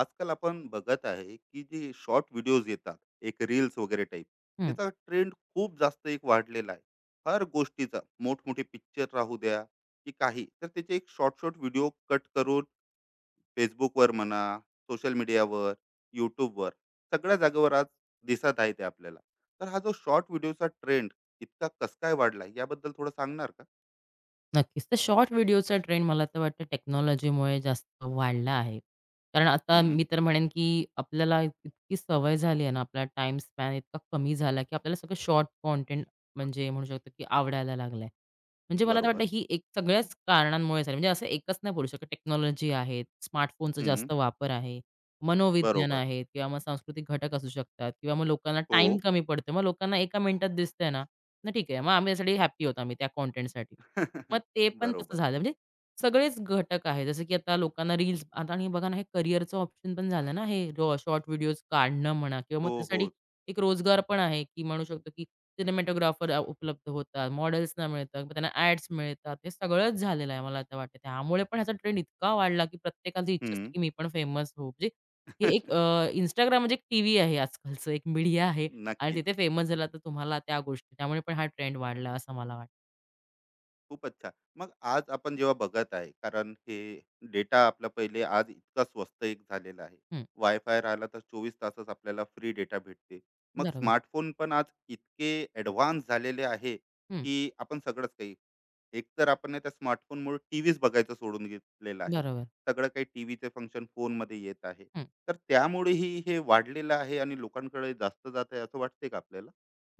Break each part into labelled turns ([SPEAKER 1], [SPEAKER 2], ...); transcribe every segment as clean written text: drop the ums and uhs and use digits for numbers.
[SPEAKER 1] आजकाल आपण बघत आहे की जे शॉर्ट व्हिडिओज येतात, एक रील्स वगैरे टाईप.
[SPEAKER 2] हं,
[SPEAKER 1] त्याचा ट्रेंड खूप जास्त एक वाढलेला आहे. हर गोष्टीचा मोठमोठे पिक्चर राहू द्या, की काही तर त्याचे एक शॉर्ट शॉर्ट व्हिडिओ कट करून फेसबुकवर म्हणा, सोशल मीडियावर, यूट्यूबवर, सगळ्या जागेवर आज दिसत आहे ते आपल्याला. तर हा जो शॉर्ट व्हिडिओचा ट्रेंड इतका कस काय वाढला, याबद्दल थोडं सांगणार का?
[SPEAKER 2] नक्कीच. तर शॉर्ट व्हिडिओचा ट्रेंड मला तर वाटतं टेक्नॉलॉजीमुळे जास्त वाढला आहे. कारण आता
[SPEAKER 1] हम्म,
[SPEAKER 2] मी तर म्हणेन, की आपल्याला इतकी सवय झाली आहे ना, आपला टाईम स्पॅन इतका कमी झाला, की आपल्याला सगळं शॉर्ट कॉन्टेंट म्हणजे म्हणू शकतो, की आवडायला लागलाय. म्हणजे मला तर
[SPEAKER 1] बरोबर.
[SPEAKER 2] वाटतं ही एक सगळ्याच कारणांमुळे झाली. म्हणजे असं एकच नाही बोलू शकत. टेक्नॉलॉजी आहे, स्मार्टफोनचा
[SPEAKER 1] हम्म,
[SPEAKER 2] जास्त वापर आहे, मनोविज्ञान
[SPEAKER 1] बरोबर.
[SPEAKER 2] आहे किंवा मग सांस्कृतिक घटक असू शकतात किंवा मग लोकांना
[SPEAKER 1] हो.
[SPEAKER 2] टाईम कमी पडतो. मग लोकांना एका मिनिटात दिसतंय ना, मग ठीक आहे. मग आम्ही त्यासाठी हॅपी होतो आम्ही त्या कॉन्टेंटसाठी. मग ते पण तसं
[SPEAKER 1] बरोबर.
[SPEAKER 2] झालं. म्हणजे सगळेच घटक आहेत. जसं की आता लोकांना रील्स आता आणि बघा ना, हे करिअरचं ऑप्शन पण झालं ना, हे रॉ शॉर्ट व्हिडिओज काढणं म्हणा किंवा मग
[SPEAKER 1] हो, हो.
[SPEAKER 2] त्यासाठी एक रोजगार पण आहे, की म्हणू शकतो की सिनेमॅटोग्राफर उपलब्ध होतात, मॉडेल्सना मिळतात, मग त्यांना ॲड्स मिळतात. हे सगळंच झालेलं आहे मला तर वाटतं. त्यामुळे पण ह्याचा ट्रेंड इतका वाढला, की प्रत्येकाची इच्छा असते,
[SPEAKER 1] हम्म.
[SPEAKER 2] की मी पण फेमस होऊ. म्हणजे हे एक म्हणजे एक टीव्ही आहे आजकालचं, एक मीडिया आहे आणि
[SPEAKER 1] नक्कीच.
[SPEAKER 2] तिथे फेमस झाला तर तुम्हाला त्या गोष्टी त्यामुळे पण हा ट्रेंड वाढला असं मला वाटतं.
[SPEAKER 1] खूपच छान. मग आज आपण जेव्हा बघत आहे, कारण हे डेटा आपला पहिले आज इतका स्वस्त एक झालेला आहे.
[SPEAKER 2] हं,
[SPEAKER 1] वायफाय राहिला तर 24 तासच आपल्याला फ्री डेटा भेटते. मग
[SPEAKER 2] बरोबर.
[SPEAKER 1] स्मार्टफोन पण आज इतके ॲडव्हान्स झालेले आहे,
[SPEAKER 2] हं.
[SPEAKER 1] की आपण सगळंच काही. एकतर आपण आहे त्या स्मार्टफोनमुळे टीव्हीच बघायचं सोडून घेतलेलं आहे.
[SPEAKER 2] बरोबर.
[SPEAKER 1] सगळं काही टीव्हीचे फंक्शन फोनमध्ये येत आहे.
[SPEAKER 2] हं.
[SPEAKER 1] तर त्यामुळेही हे वाढलेलं आहे आणि लोकांकडे जास्त जात आहे असं वाटतंय का आपल्याला?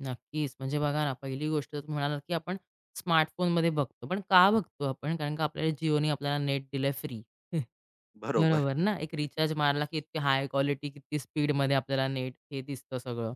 [SPEAKER 2] नक्कीच. म्हणजे बघा ना, पहिली गोष्ट तर तुम्ही म्हणालात, की आपण स्मार्टफोनमध्ये बघतो. पण का बघतो आपण? कारण का आपल्याला Jioने आपल्याला नेट दिलंय फ्री.
[SPEAKER 1] बरोबर.
[SPEAKER 2] बरोबर ना? एक रिचार्ज मारला, की इतकी हाय क्वालिटी, किती स्पीडमध्ये आपल्याला नेट हे दिसतं सगळं.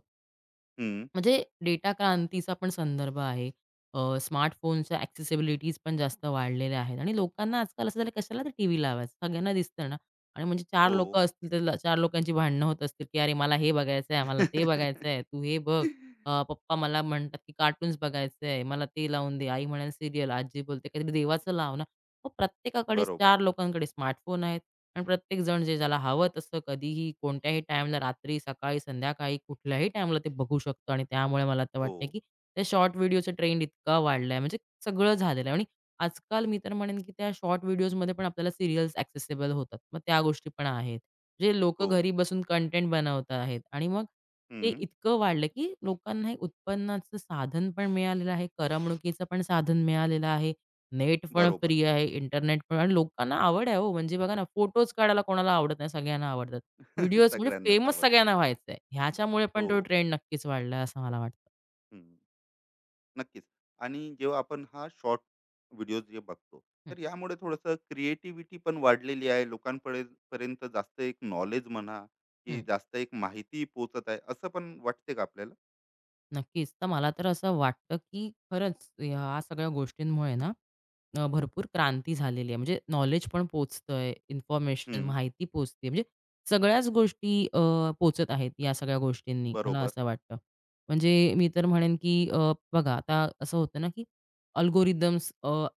[SPEAKER 1] हं.
[SPEAKER 2] म्हणजे डेटा क्रांतीचा पण संदर्भ आहे. स्मार्टफोनच्या ॲक्सेसिबिलिटीज पण जास्त वाढलेल्या आहेत आणि लोकांना आजकाल असं झालं कशाला ते टीव्ही लावायचं? सगळ्यांना दिसतं ना आणि म्हणजे चार
[SPEAKER 1] हो.
[SPEAKER 2] लोकं असतील तर 4 लोकांची भांडणं होत असतील, की "अरे मला हे बघायचं आहे, मला ते बघायचं आहे, तू हे बघ." पप्पा मला म्हणतात, की "कार्टून्स बघायचं आहे, मला ते लावून दे." आई म्हणाली, "सीरियल." आजी बोलते, "काहीतरी देवाचं लाव ना." मग प्रत्येकाकडे
[SPEAKER 1] बरोबर.
[SPEAKER 2] 4 लोकांकडे स्मार्टफोन आहेत. आणि प्रत्येकजण जे ज्याला हवं तसं कधीही, कोणत्याही टाईमला, रात्री, सकाळी, संध्याकाळी, कुठल्याही टाईमला ते बघू शकतो आणि त्यामुळे मला तर वाटतंय,
[SPEAKER 1] हो,
[SPEAKER 2] की त्या शॉर्ट व्हिडिओचा ट्रेंड इतका वाढलाय, म्हणजे सगळं झालेलं आहे आणि आजकाल मी तर म्हणेन, की त्या शॉर्ट व्हिडिओजमध्ये पण आपल्याला सीरियल्स ॲक्सेसिबल होतात. मग त्या गोष्टी पण आहेत. जे लोकं
[SPEAKER 1] हो.
[SPEAKER 2] घरी बसून कंटेंट बनवत आहेत आणि मग ते
[SPEAKER 1] हं.
[SPEAKER 2] इतकं वाढलं, की लोकांना हे उत्पन्नाचं साधन पण मिळालेलं आहे, करमणुकीचं पण साधन मिळालेलं आहे नेट पण
[SPEAKER 1] बरोबर.
[SPEAKER 2] फ्री आहे, इंटरनेट पण आणि लोकांना आवड आहे हो, म्हणजे बघा ना, फोटोज काढायला कोणाला आवडत नाही, सगळ्यांना आवडतात. व्हिडिओज म्हणजे
[SPEAKER 1] सगळ्यांनाच
[SPEAKER 2] फेमस
[SPEAKER 1] आवडते.
[SPEAKER 2] सगळ्यांना व्हायचंय. ह्याच्यामुळे
[SPEAKER 1] हो.
[SPEAKER 2] पण तो ट्रेंड नक्कीच वाढलाय असं मला वाटतं.
[SPEAKER 1] हं. नक्कीच. आणि जेव्हा आपण हा शॉर्ट व्हिडिओज जे बघतो,
[SPEAKER 2] हं,
[SPEAKER 1] तर यामुळे थोडंसं क्रिएटिव्हिटी पण वाढलेली आहे. लोकांपडे पर्यंत जास्त एक नॉलेज म्हणा, की
[SPEAKER 2] हं.
[SPEAKER 1] जास्त एक माहिती पोहोचत आहे, असं पण वाटते का आपल्याला?
[SPEAKER 2] नक्कीच. तर मला तर असं वाटतं, की खरंच ह्या सगळ्या गोष्टींमुळे ना भरपूर क्रांती झालेली आहे. म्हणजे नॉलेज पण पोहोचतंय, इन्फॉर्मेशन,
[SPEAKER 1] हं.
[SPEAKER 2] माहिती पोहोचते. म्हणजे सगळ्याच गोष्टी पोहोचत आहेत या सगळ्या गोष्टींनी, मला
[SPEAKER 1] बरोबर.
[SPEAKER 2] असं वाटतं. म्हणजे मी तर म्हणेन, की बघा आता असं होतं ना, की अल्गोरिदम्स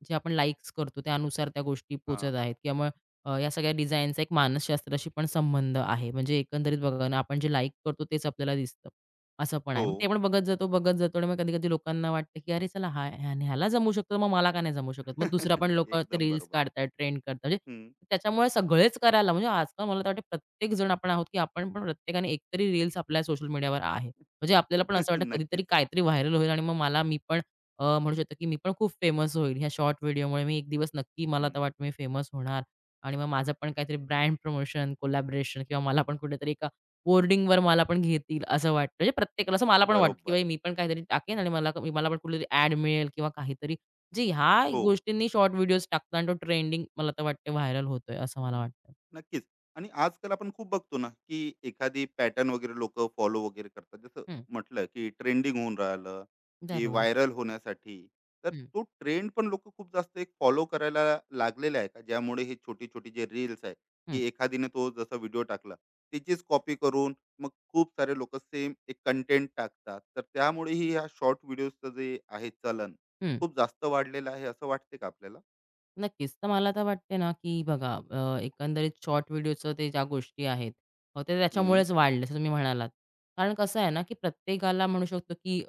[SPEAKER 2] जे आपण लाइक्स करतो त्यानुसार त्या गोष्टी पोहोचत
[SPEAKER 1] हां.
[SPEAKER 2] आहेत किंवा मग या सगळ्या डिझाईनचा एक मानसशास्त्राशी पण संबंध आहे. म्हणजे एकंदरीत बघा ना, आपण जे लाइक करतो तेच आपल्याला दिसतं. असं पण आहे.
[SPEAKER 1] हो.
[SPEAKER 2] मग ते पण बघत जातो, बघत जातो आणि मग कधी-कधी लोकांना वाटतं, की "अरे चला हा ह्या ह्याला जमू शकतो, मग मला का नाही जमू शकत?" मग दुसरा पण लोकं ते
[SPEAKER 1] एकदम
[SPEAKER 2] रील्स
[SPEAKER 1] बरोबर.
[SPEAKER 2] काढतायत, ट्रेंड करतात. म्हणजे
[SPEAKER 1] हं.
[SPEAKER 2] त्याच्यामुळे सगळेच करायला म्हणजे आजकाल मला तर वाटतं प्रत्येक जण आपण आहोत, की आपण पण प्रत्येकाने एकतरी रील्स आपल्या सोशल मीडियावर आहे. म्हणजे आपल्याला पण असं वाटतं कधीतरी
[SPEAKER 1] नक्कीच.
[SPEAKER 2] काहीतरी व्हायरल होईल आणि मग मी पण म्हणू शकतो, की मी पण खूप फेमस होईल. ह्या शॉर्ट व्हिडिओमुळे मी एक दिवस नक्की मला
[SPEAKER 1] हं.
[SPEAKER 2] तर वाटतं मी फेमस होणार आणि मग माझं पण काहीतरी ब्रँड प्रमोशन, कोलॅबोरेशन किंवा मला पण कुठेतरी बोर्डिंगवर मला पण घेतील असं वाटतं. म्हणजे प्रत्येकाला असं मला पण वाटतं, की
[SPEAKER 1] बरोबर.
[SPEAKER 2] बाई मी पण काहीतरी टाकेन आणि मला मला पण कुठेतरी ॲड मिळेल किंवा काहीतरी म्हणजे ह्या
[SPEAKER 1] हो.
[SPEAKER 2] गोष्टींनी शॉर्ट व्हिडिओज टाकतात आणि तो ट्रेंडिंग मला तर वाटते व्हायरल होतोय असं मला वाटतं.
[SPEAKER 1] नक्कीच. आणि आजकाल आपण खूप बघतो ना, की एखादी पॅटर्न वगैरे लोकं फॉलो वगैरे करतात. जसं
[SPEAKER 2] हं.
[SPEAKER 1] म्हटलं, की ट्रेंडिंग होऊन राहिलं, की
[SPEAKER 2] बरोबर.
[SPEAKER 1] व्हायरल होण्यासाठी. तर
[SPEAKER 2] हं,
[SPEAKER 1] तो ट्रेंड पण लोकं खूप जास्त एक फॉलो करायला लागलेला आहे का? ज्यामुळे हे छोटी-छोटी जे रील्स आहे,
[SPEAKER 2] हं,
[SPEAKER 1] की एखादीने तो जसा व्हिडिओ टाकला, त्याचीच कॉपी करून मग खूप सारे लोकं सेम एक कंटेंट टाकतात. तर त्यामुळेही ह्या शॉर्ट व्हिडिओजचं जे आहे चलन,
[SPEAKER 2] हं.
[SPEAKER 1] खूप जास्त वाढलेलं आहे असं वाटते का आपल्याला?
[SPEAKER 2] नक्कीच. तर मला तर वाटते ना, की बघा एकंदरीत शॉर्ट व्हिडिओचं ते ज्या गोष्टी आहेत, ते
[SPEAKER 1] हं.
[SPEAKER 2] त्याच्यामुळेच वाढले असं तुम्ही म्हणालात. कारण कसं आहे ना, की प्रत्येकाला म्हणू शकतो, की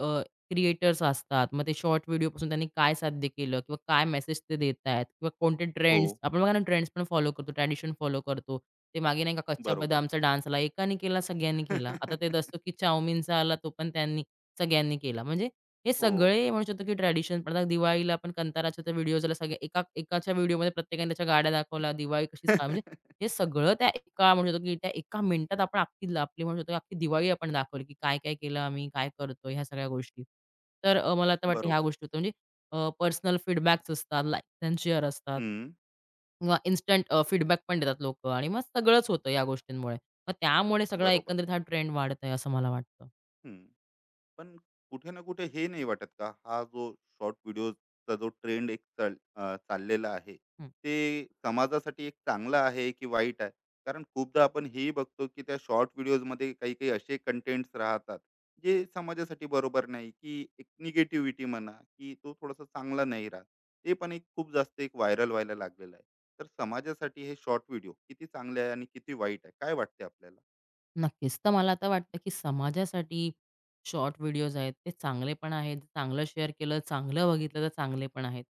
[SPEAKER 2] क्रिएटर्स असतात. मग ते शॉर्ट व्हिडिओपासून त्यांनी काय साध्य केलं किंवा काय मेसेज ते देत आहेत किंवा कोणते
[SPEAKER 1] हो.
[SPEAKER 2] ट्रेंड्स आपण बघा ना, ट्रेंड्स पण फॉलो करतो, ट्रॅडिशन फॉलो करतो. ते मागे नाही का कच्चा
[SPEAKER 1] बरोबर.
[SPEAKER 2] बदामचा डान्स एकाने केला, सगळ्यांनी केला. आता ते दसो की चाउमिनचा आला, तो पण त्यांनी सगळ्यांनी केला. म्हणजे हे
[SPEAKER 1] हो.
[SPEAKER 2] सगळे म्हणू शकतो की ट्रेडिशन पण आता दिवाळीला आपण कंटाराच्या त्या व्हिडिओज आल्या सगळ्या एका एकाच्या व्हिडिओमध्ये प्रत्येकाने त्याच्या गाड्या दाखवल्या, दिवाळी कशी म्हणजे हे सगळं त्या एका म्हणू शकतो की त्या एका मिनिटात आपण अख्खी आपली म्हणू शकतो की अख्खी दिवाळी आपण दाखवली, की काय-काय केलं आम्ही, काय करतोय ह्या सगळ्या गोष्टी. तर मला तर वाटतं ह्या
[SPEAKER 1] बरोबर.
[SPEAKER 2] गोष्टी होत्या म्हणजे पर्सनल फीडबॅक्स असतात, लाइक्स एंड शेअर असतात
[SPEAKER 1] हं,
[SPEAKER 2] किंवा इन्स्टंट फीडबॅक पण देतात लोकं आणि मग सगळंच होतं या गोष्टींमुळे. मग त्यामुळे सगळा
[SPEAKER 1] बरोबर.
[SPEAKER 2] एकंदरीत हा ट्रेंड वाढत आहे असं मला वाटतं.
[SPEAKER 1] हं. पण कुठे ना कुठे हे नाही वाटत का, हा जो शॉर्ट व्हिडिओजचा जो ट्रेंड एक चाललेला आहे, ते समाजासाठी एक चांगला आहे की वाईट आहे? कारण खूपदा आपण हेही बघतो की त्या शॉर्ट व्हिडिओजमध्ये काही-काही असे कंटेंट्स राहतात, जे समाजासाठी बरोबर नाही की एक निगेटिव्हिटी म्हणा की तो थोडासा चांगला नाही राहत. ते पण एक खूप जास्त एक व्हायरल व्हायला लागलेलं आहे. तर समाजासाठी हे शॉर्ट व्हिडिओ किती चांगले आहे आणि किती वाईट आहे? काय वाटते आपल्याला?
[SPEAKER 2] नक्कीच. तर मला आता वाटतं, की समाजासाठी शॉर्ट व्हिडिओज आहेत, ते चांगले पण आहेत. चांगलं शेअर केलं, चांगलं बघितलं तर चांगले पण आहेत.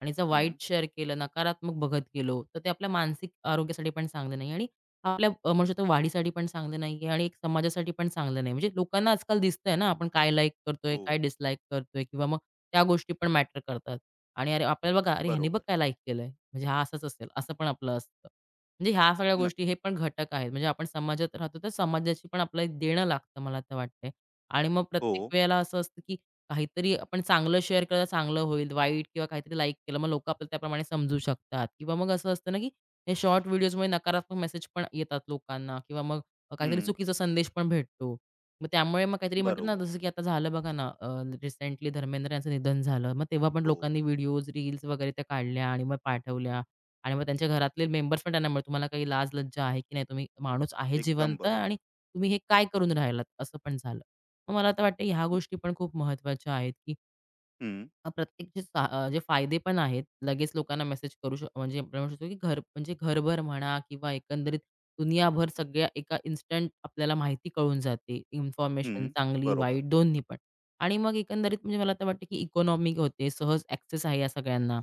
[SPEAKER 2] आणि जर
[SPEAKER 1] हं,
[SPEAKER 2] वाईट शेअर केलं, नकारात्मक बघत गेलो, तर ते आपल्या मानसिक आरोग्यासाठी पण चांगले नाही आणि आपल्या म्हणू शकतो वाढीसाठी पण चांगले नाही आणि एक समाजासाठी पण चांगलं नाही. म्हणजे लोकांना आजकाल दिसतंय ना, आपण काय लाईक करतोय,
[SPEAKER 1] हो.
[SPEAKER 2] काय डिसलाईक करतोय किंवा मग त्या गोष्टी पण मॅटर करतात. आणि अरे, आपल्याला बघा, "अरे, ह्याने बघ
[SPEAKER 1] बरोबर.
[SPEAKER 2] काय लाईक केलंय, म्हणजे हा असाच असेल," असं पण आपलं असतं. म्हणजे ह्या सगळ्या गोष्टी हे
[SPEAKER 1] नक्की.
[SPEAKER 2] पण घटक आहेत. म्हणजे आपण समाजात राहतो तर समाजाशी पण आपलं एक देणं लागतं मला तर वाटतंय. आणि मग
[SPEAKER 1] हो.
[SPEAKER 2] प्रत्येक वेळेला असं असतं, की काहीतरी आपण चांगलं शेअर केलं तर चांगलं होईल, वाईट किंवा काहीतरी लाईक केलं मग लोकं आपल्याला त्याप्रमाणे समजू शकतात किंवा मग असं असतं ना, की हे शॉर्ट व्हिडिओजमुळे नकारात्मक मेसेज पण येतात लोकांना किंवा मग काहीतरी
[SPEAKER 1] हं.
[SPEAKER 2] चुकीचा संदेश पण भेटतो. मग त्यामुळे मग काहीतरी म्हणतात ना,
[SPEAKER 1] बरोबर.
[SPEAKER 2] जसं की आता झालं बघा ना, रिसेंटली धर्मेंद्र यांचं निधन झालं. मग तेव्हा पण
[SPEAKER 1] हो.
[SPEAKER 2] लोकांनी व्हिडिओज, रील्स वगैरे त्या काढल्या आणि मग पाठवल्या. आणि मग त्यांच्या घरातले मेंबर्स पण त्यांना म्हणले, "तुम्हाला काही लाज लज्जा आहे की नाही? तुम्ही माणूस आहे
[SPEAKER 1] एकदम
[SPEAKER 2] जिवंत आणि
[SPEAKER 1] बरोबर.
[SPEAKER 2] तुम्ही हे काय करून राहिलात?" असं पण झालं. मग मला तर वाटतं ह्या
[SPEAKER 1] हं,
[SPEAKER 2] गोष्टी पण खूप महत्त्वाच्या आहेत, की
[SPEAKER 1] हं,
[SPEAKER 2] प्रत्येक जे फायदे पण आहेत. लगेच लोकांना मेसेज करू शक म्हणजे आपण म्हणू शकतो, की घर म्हणजे घरभर म्हणा किंवा एकंदरीत दुनियाभर सगळ्या एका इन्स्टंट आपल्याला माहिती कळून जाते.
[SPEAKER 1] हं.
[SPEAKER 2] इन्फॉर्मेशन चांगली,
[SPEAKER 1] बरोबर.
[SPEAKER 2] वाईट दोन्ही पण. आणि मग एकंदरीत म्हणजे मला तर वाटतं, की इकॉनॉमी होते, सहज ॲक्सेस आहे या सगळ्यांना.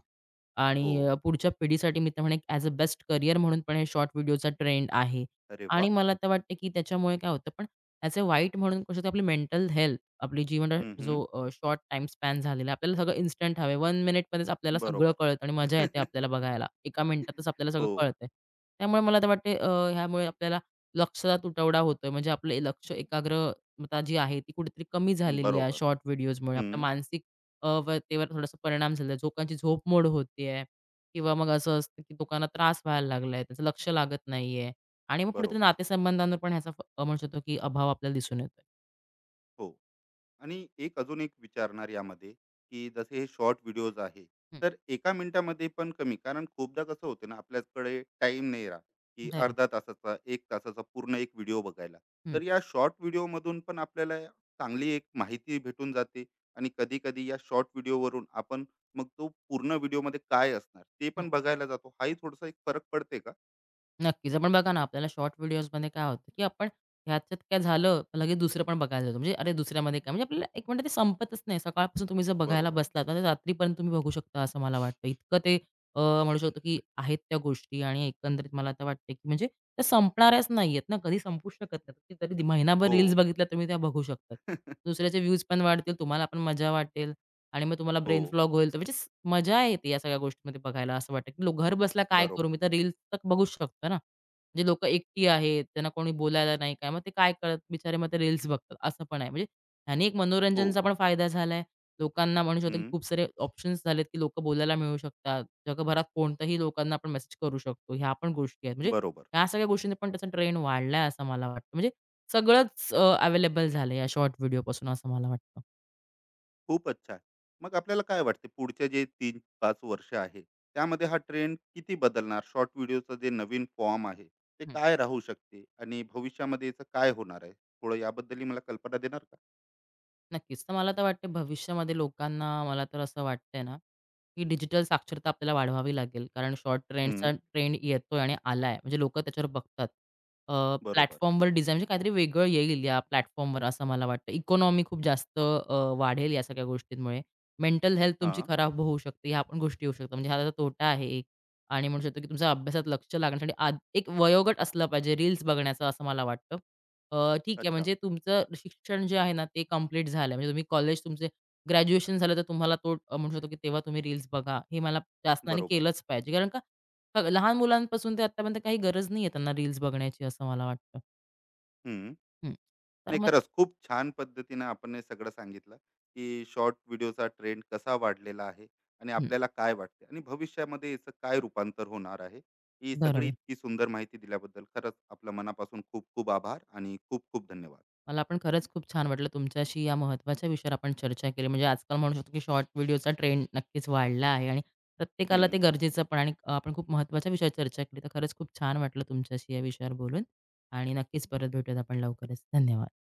[SPEAKER 2] आणि
[SPEAKER 1] हो.
[SPEAKER 2] पुढच्या पिढीसाठी मी तर म्हणेन ॲज अ बेस्ट करियर म्हणून पण हे शॉर्ट व्हिडिओचा ट्रेंड आहे.
[SPEAKER 1] अरे
[SPEAKER 2] आणि
[SPEAKER 1] वाह!
[SPEAKER 2] मला तर वाटतं, की त्याच्यामुळे काय होतं पण त्याचे वाईट म्हणून करू आपली मेंटल हेल्थ आपली जीवनात
[SPEAKER 1] हं, हं.
[SPEAKER 2] जो शॉर्ट टाईम स्पॅन झालेला आहे. आपल्याला सगळं इन्स्टंट हवं आहे. मिनिटमध्येच आपल्याला सगळं
[SPEAKER 1] बरोबर.
[SPEAKER 2] कळतं आणि मजा येते आपल्याला बघायला. एका मिनिटातच आपल्याला सगळं
[SPEAKER 1] हो.
[SPEAKER 2] कळतंय. त्यामुळे मला तर वाटते ह्यामुळे आपल्याला लक्षाचा तुटवडा होतोय. म्हणजे आपलं लक्ष एकाग्रता जी आहे ती कुठेतरी कमी झालेली आहे
[SPEAKER 1] बरोबर.
[SPEAKER 2] शॉर्ट व्हिडिओजमुळे. आपल्या
[SPEAKER 1] हं.
[SPEAKER 2] मानसिक व्यतेवर थोडासा परिणाम झालेला आहे. लोकांची झोप मोड होतीये किंवा मग असं असतं की लोकांना त्रास व्हायला लागलाय. त्याचं लक्ष लागत नाहीये आणि मग कुठेतरी
[SPEAKER 1] बरोबर.
[SPEAKER 2] नातेसंबंधांवर पण ह्याचा म्हणू शकतो की अभाव आपल्याला दिसून येतोय.
[SPEAKER 1] हो. आणि एक अजून एक विचारणार यामध्ये की जसे हे शॉर्ट व्हिडिओज आहे,
[SPEAKER 2] हं.
[SPEAKER 1] तर एका मिनिटामध्ये पण कमी, कारण खूपदा कसं होतं ना, आपल्याकडे टाइम नाही राहत की
[SPEAKER 2] बरोबर.
[SPEAKER 1] अर्धा तासाचा एक तासाचा पूर्ण एक व्हिडिओ बघायला.
[SPEAKER 2] हं.
[SPEAKER 1] तर या शॉर्ट व्हिडिओमधून पण आपल्याला चांगली एक माहिती भेटून जाते आणि कधी कधी या शॉर्ट व्हिडिओवरून आपण मग तो पूर्ण व्हिडिओमध्ये काय असणार ते
[SPEAKER 2] हं,
[SPEAKER 1] पण बघायला जातो. हाही थोडासा एक फरक पडते का?
[SPEAKER 2] नक्कीच. पण बघा ना, आपल्याला शॉर्ट व्हिडिओजमध्ये काय होतं, की आपण ह्याच्यात काय झालं, लगेच दुसरं पण बघायला जातो. म्हणजे अरे, दुसऱ्यामध्ये काय, म्हणजे आपल्याला एक म्हणतात ते संपतच नाही. सकाळपासून तुम्ही जर बघायला
[SPEAKER 1] बरोबर.
[SPEAKER 2] बसलात तर रात्रीपर्यंत तुम्ही बघू शकता, असं मला वाटतं. इतकं ते म्हणू शकतो, की आहेत त्या गोष्टी आणि एकंदरीत मला तर वाटते, की म्हणजे त्या संपणाऱ्याच नाहीयेत ना, कधी संपूच शकत नाही. तरी महिनाभर
[SPEAKER 1] हो.
[SPEAKER 2] रील्स बघितल्या, तुम्ही त्या बघू शकता. दुसऱ्याचे व्ह्यूज पण वाढतील, तुम्हाला पण मजा वाटेल आणि मग तुम्हाला
[SPEAKER 1] हो.
[SPEAKER 2] ब्रेन फ्लॉग होईल, तर म्हणजे मजा येते या सगळ्या गोष्टींमध्ये बघायला असं वाटतं, की लोक घर बसला काय करू?
[SPEAKER 1] बरोबर.
[SPEAKER 2] मी तर रील्स तर बघूच शकतो ना. म्हणजे लोकं एकटी आहेत, त्यांना कोणी बोलायला नाही काय, मग ते काय करत बिचारे मग ते रील्स बघतात असं पण आहे. म्हणजे ह्याने एक
[SPEAKER 1] हो.
[SPEAKER 2] मनोरंजनचा पण फायदा झालाय. लोकांना म्हणू शकतो, की
[SPEAKER 1] हम्म,
[SPEAKER 2] खूप सारे ऑप्शन्स झालेत, की लोकं बोलायला मिळू शकतात. जगभरात कोणत्याही लोकांना आपण मेसेज करू शकतो. ह्या पण गोष्टी आहेत. म्हणजे
[SPEAKER 1] बरोबर.
[SPEAKER 2] ह्या सगळ्या गोष्टींनी पण त्याचा ट्रेंड वाढलाय असं मला वाटतं. म्हणजे सगळंच अवेलेबल झालंय या शॉर्ट व्हिडिओपासून असं मला वाटतं.
[SPEAKER 1] खूपच छान. मग आपल्याला काय वाटते पुढचे जे 3-5 वर्ष आहे, त्यामध्ये हा ट्रेंड किती बदलणार? शॉर्ट व्हिडिओचं जे नवीन फॉर्म आहे, ते काय राहू शकते आणि भविष्यामध्ये याचं काय होणार आहे? थोडं याबद्दलही मला कल्पना देणार का?
[SPEAKER 2] नक्कीच. तर मला तर वाटते भविष्यामध्ये लोकांना मला तर असं वाटतंय ना, की डिजिटल साक्षरता आपल्याला वाढवावी लागेल. कारण शॉर्ट ट्रेंड्सचा
[SPEAKER 1] हं,
[SPEAKER 2] ट्रेंड येतोय आणि आलाय. म्हणजे लोकं त्याच्यावर बघतात.
[SPEAKER 1] बरोबर.
[SPEAKER 2] प्लॅटफॉर्मवर डिझाईन म्हणजे काहीतरी वेगळं येईल या प्लॅटफॉर्मवर असं मला वाटतं. इकॉनॉमी खूप जास्त वाढेल या सगळ्या गोष्टींमुळे. मेंटल हेल्थ तुमची
[SPEAKER 1] हां,
[SPEAKER 2] खराब होऊ शकते. ह्या पण गोष्टी येऊ शकतात. म्हणजे हा त्याचा तोटा आहे एक आणि म्हणू शकतो, की तुमच्या अभ्यासात लक्ष लागण्यासाठी एक वयोगट असलं पाहिजे रील्स बघण्याचं असं मला वाटतं. ठीक आहे
[SPEAKER 1] अच्छा.
[SPEAKER 2] म्हणजे तुमचं शिक्षण जे आहे ना, ते कंप्लीट झालं. म्हणजे तुम्ही कॉलेज तुमचे ग्रॅज्युएशन झालं, तर तुम्हाला तो म्हणू शकतो, की तेव्हा तुम्ही रील्स बघा. हे मला शासनाने
[SPEAKER 1] बरोबर.
[SPEAKER 2] केलंच पाहिजे. कारण का लहान मुलांपासून ते आत्तापर्यंत काही गरज नाहीये त्यांना रील्स बघण्याची असं मला वाटतं. हं. तर
[SPEAKER 1] नाही,
[SPEAKER 2] मग
[SPEAKER 1] खरंच खूप छान पद्धतीने आपण हे सगळं सांगितलं की शॉर्ट व्हिडिओचा ट्रेंड कसा वाढलेला आहे आणि
[SPEAKER 2] हं,
[SPEAKER 1] आपल्याला काय वाटते आणि भविष्यामध्ये याचं काय रूपांतर होणार आहे. ही सगळी
[SPEAKER 2] बरोबर.
[SPEAKER 1] इतकी सुंदर माहिती दिल्याबद्दल खरंच आपल्या मनापासून खूप खूप आभार आणि खूप खूप धन्यवाद.
[SPEAKER 2] मला पण खरंच खूप छान वाटलं तुमच्याशी या महत्त्वाच्या विषयावर आपण चर्चा केली. म्हणजे आजकाल म्हणू शकतो की शॉर्ट व्हिडिओचा ट्रेंड नक्कीच वाढला आहे आणि प्रत्येकाला ते
[SPEAKER 1] हम्म.
[SPEAKER 2] गरजेचं पण आणि आपण खूप महत्त्वाच्या विषयावर चर्चा केली. तर खरंच खूप छान वाटलं तुमच्याशी या विषयावर बोलून आणि नक्कीच परत भेटूयात आपण लवकरच. धन्यवाद.